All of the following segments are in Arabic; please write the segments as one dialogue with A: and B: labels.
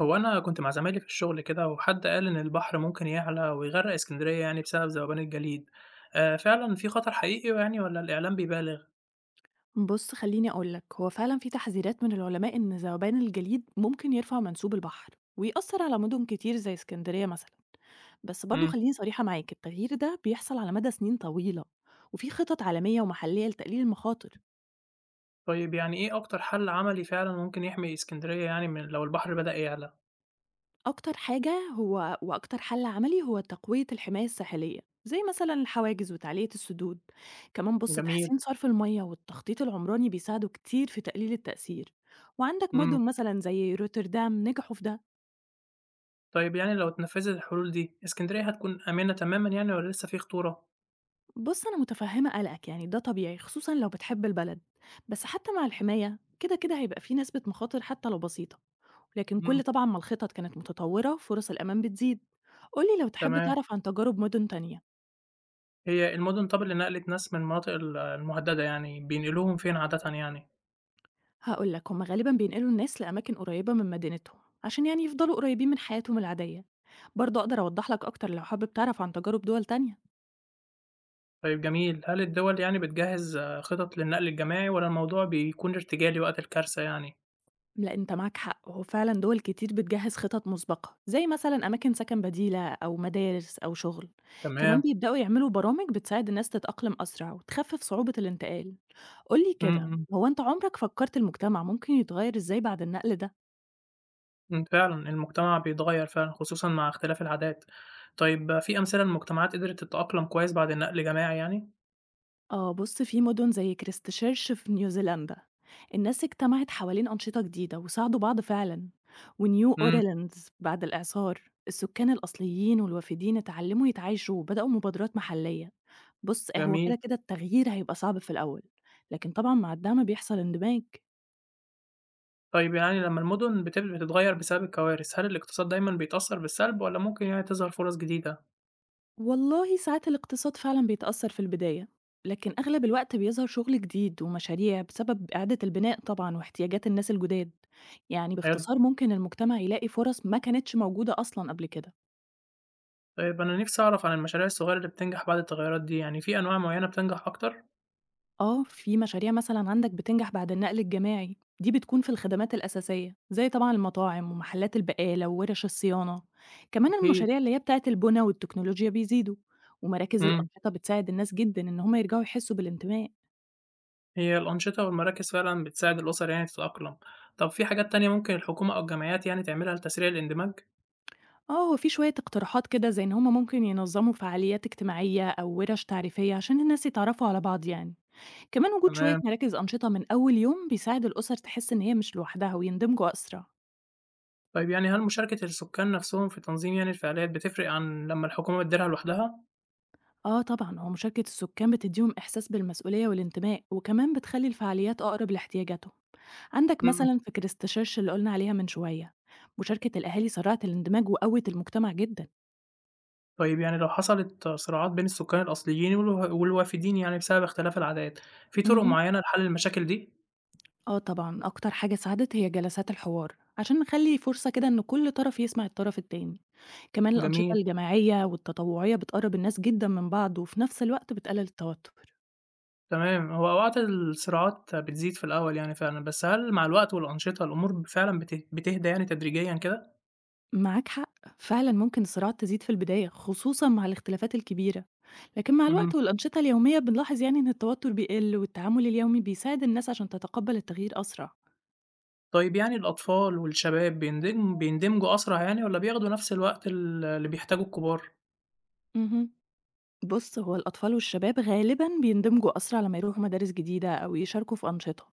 A: هو أنا كنت مع زمايلي في الشغل كده وحد قال إن البحر ممكن يعلى ويغرق اسكندرية يعني بسبب ذوبان الجليد، آه فعلا في خطر حقيقي يعني ولا الإعلام بيبالغ؟
B: بُص خلّيني أقول لك، هو فعلًا في تحذيرات من العلماء إن ذوبان الجليد ممكن يرفع منسوب البحر، ويأثّر على مدن كتير زي اسكندرية مثلًا، بس برضه
A: مم.
B: خلّيني صريحة معاك، التغيير ده بيحصل على مدى سنين طويلة، وفي خطط عالمية ومحلية لتقليل المخاطر.
A: طيب يعني إيه أكتر حل عملي فعلا ممكن يحمي اسكندرية يعني من لو البحر بدأ يعلى؟
B: أكتر حاجة هو وأكتر حل عملي هو تقوية الحماية الساحلية، زي مثلًا الحواجز وتعلية السدود، كمان بُص
A: جميل.
B: تحسين صرف المَيّة والتخطيط العمراني بيساعدوا كتير في تقليل التأثير، وعندك
A: مم.
B: مدن مثلًا زي روتردام نجحوا في ده.
A: طيب يعني لو اتنفذت الحلول دي اسكندرية هتكون آمنة تماما يعني ولا لسه في خطورة؟
B: بص أنا متفهمة قلقك، يعني ده طبيعي خصوصا لو بتحب البلد، بس حتى مع الحماية كده كده هيبقى في نسبة مخاطر حتى لو بسيطة، لكن
A: مم.
B: كل طبعا ما الخطط كانت متطورة فرص الأمان بتزيد. قولي لو تحب
A: تمام.
B: تعرف عن تجارب مدن تانية.
A: هي المدن طب اللي نقلت ناس من المناطق المهددة يعني بينقلوهم فين عادة يعني؟
B: هقولك هما غالبا بينقلوا الناس لأماكن قريبة من مدينتهم عشان يعني يفضلوا قريبين من حياتهم العادية. برضه أقدر أوضح لك أكتر لو حابب تعرف عن تجارب دول تانية.
A: طيب جميل، هل الدول يعني بتجهّز خطط للنقل الجماعي والّا الموضوع بيكون ارتجالي وقت الكارثة يعني؟
B: لأ أنت معاك حق، هو فعلًا دول كتير بتجهّز خطط مسبقة، زي مثلًا أماكن سكن بديلة أو مدارس أو شغل، كمان
A: تمام.
B: بيبدأوا يعملوا برامج بتساعد الناس تتأقلم أسرع وتخفف صعوبة الانتقال. قُل لي
A: إمم،
B: كده،
A: إمم،
B: هو أنت عمرك فكرت المجتمع ممكن يتغير إزاي بعد النقل ده؟
A: إمم، فعلًا المجتمع بيتغيّر فعلًا خصوصًا مع اختلاف العادات. طيب في أمثلة لمجتمعات قدرت تتأقلم كويس بعد النقل الجماعي يعني؟
B: آه بُص في مدن زي كريستشيرش في نيوزيلندا، الناس اجتمعت حوالين أنشطة جديدة وساعدوا بعض فعلًا، ونيو
A: إمم،
B: أوريلاندز بعد الإعصار السكان الأصليين والوافدين اتعلموا يتعايشوا وبدأوا مبادرات محلية. بُص، هو
A: جميل.
B: كده التغيير هيبقى صعب في الأول، لكن طبعًا مع الدعم بيحصل اندماج.
A: طيب يعني لمّا المدن بتتغيّر بسبب الكوارث، هل الاقتصاد دايمًا بيتأثّر بالسلب والّا ممكن يعني تظهر فرص جديدة؟
B: والله ساعات الاقتصاد فعلًا بيتأثر في البداية، لكن أغلب الوقت بيظهر شغل جديد ومشاريع بسبب إعادة البناء طبعًا واحتياجات الناس الجداد. يعني
A: حلو.
B: باختصار ممكن المجتمع يلاقي فرص ما كانتش موجودة أصلًا قبل كده.
A: طيب أنا نِفْسي أعرف عن المشاريع الصغيرة اللي بتنجح بعد التغيّرات دي، يعني في أنواع معيّنة بتنجح أكتر؟
B: آه، في مشاريع مثلًا عندك بتنجح بعد النقل الجماعي، دي بتكون في الخدمات الأساسية، زي طبعًا المطاعم ومحلات البقالة وورش الصيانة، كمان
A: أكيد.
B: المشاريع اللي هي بتاعة البنا والتكنولوجيا بيزيدوا، ومراكز
A: إمم.
B: الأنشطة بتساعد الناس جدًا إن هم يرجعوا يحسوا بالانتماء.
A: هي الأنشطة والمراكز فعلًا بتساعد الأسر يعني تتأقلم. طب في حاجات تانية ممكن الحكومة أو الجمعيات يعني تعملها لتسريع الاندماج؟
B: آه، هو في شوية اقتراحات كده زي إن هم ممكن ينظموا فعاليات اجتماعية أو ورش تعريفية عشان الناس يتعرفوا على بعض يعني، كمان وجود شوية
A: تمام.
B: مراكز أنشطة من أول يوم بيساعد الأسر تحس إن هي مش لوحدها ويندمجوا أسرع.
A: طيب يعني هل مشاركة السكان نفسهم في تنظيم يعني الفعاليات بتفرق عن لمّا الحكومة بتديرها لوحدها؟
B: آه طبعًا، هو مشاركة السكان بتدّيهم إحساس بالمسؤولية والانتماء، وكمان بتخلّي الفعاليات أقرب لاحتياجاتهم. عندك
A: إمم.
B: مثلًا في كريستشيرش اللي قُلنا عليها من شوية، مشاركة الأهالي سرّعت الاندماج وقوّت المجتمع جدًا.
A: طيب يعني لو حصلت صراعات بين السكان الأصليين والوافدين يعني بسبب اختلاف العادات، في طرق
B: اهم.
A: معينة لحل المشاكل دي؟
B: آه طبعًا، أكتر حاجة ساعدت هي جلسات الحوار، عشان نخلّي فرصة كده إن كل طرف يسمع الطرف التاني. كمان الأنشطة
A: جميل.
B: الجماعية والتطوعية بتقرّب الناس جدًا من بعض، وفي نفس الوقت بتقلل التوتر.
A: تمام. هو أوقات الصراعات بتزيد في الأول يعني فعلًا، بس هل مع الوقت والأنشطة الأمور فعلًا بتهدى يعني تدريجيًا كده؟
B: معاك حق، فعلا ممكن الصراعات تزيد في البداية خصوصا مع الاختلافات الكبيرة، لكن مع
A: إمم.
B: الوقت والأنشطة اليومية بنلاحظ يعني إن التوتر بيقل والتعامل اليومي بيساعد الناس عشان تتقبل التغيير أسرع.
A: طيب يعني الأطفال والشباب بيندمجوا أسرع يعني والّا بياخدوا نفس الوقت اللي بيحتاجه الكبار؟
B: مهم. بص هو الأطفال والشباب غالبا بيندمجوا أسرع لما يروحوا مدارس جديدة أو يشاركوا في أنشطة.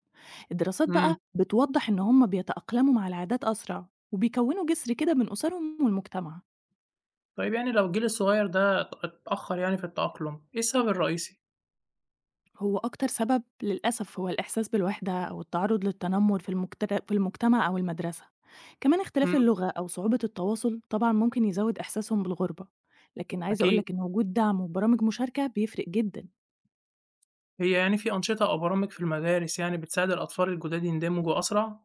B: الدراسات بقى
A: إمم،
B: بتوضح إن هم بيتأقلموا مع العادات أسرع وبيكونوا جسر كده بين أسرهم والمجتمع.
A: طيب يعني لو الجيل الصغير ده اتأخر يعني في التأقلم، إيه السبب الرئيسي؟
B: هو أكتر سبب للأسف هو الإحساس بالوحدة أو التعرض للتنمر في المجتمع أو المدرسة، كمان اختلاف
A: إمم،
B: اللغة أو صعوبة التواصل طبعا ممكن يزود إحساسهم بالغربة، لكن عايزة
A: أكيد.
B: أقولك إن وجود دعم وبرامج مشاركة بيفرق جدا.
A: هي يعني في أنشطة أو برامج في المدارس يعني بتساعد الأطفال الجداد يندمجوا أسرع؟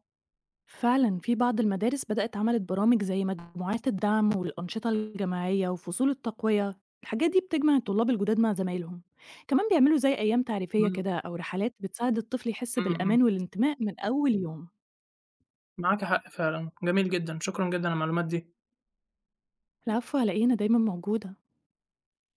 B: فعلا في بعض المدارس بدأت عملت برامج زي مجموعات الدعم والأنشطة الجماعية وفصول التقوية. الحاجات دي بتجمع الطلاب الجداد مع زمايلهم، كمان بيعملوا زي أيام تعريفية
A: إمم،
B: كده أو رحلات بتساعد الطفل يحس
A: إمم، إمم،
B: بالأمان والانتماء من أول يوم.
A: معاك حق فعلًا، جميل جدًا، شكرًا جدًا على المعلومات دي.
B: العفو على إيه، أنا دايما موجودة.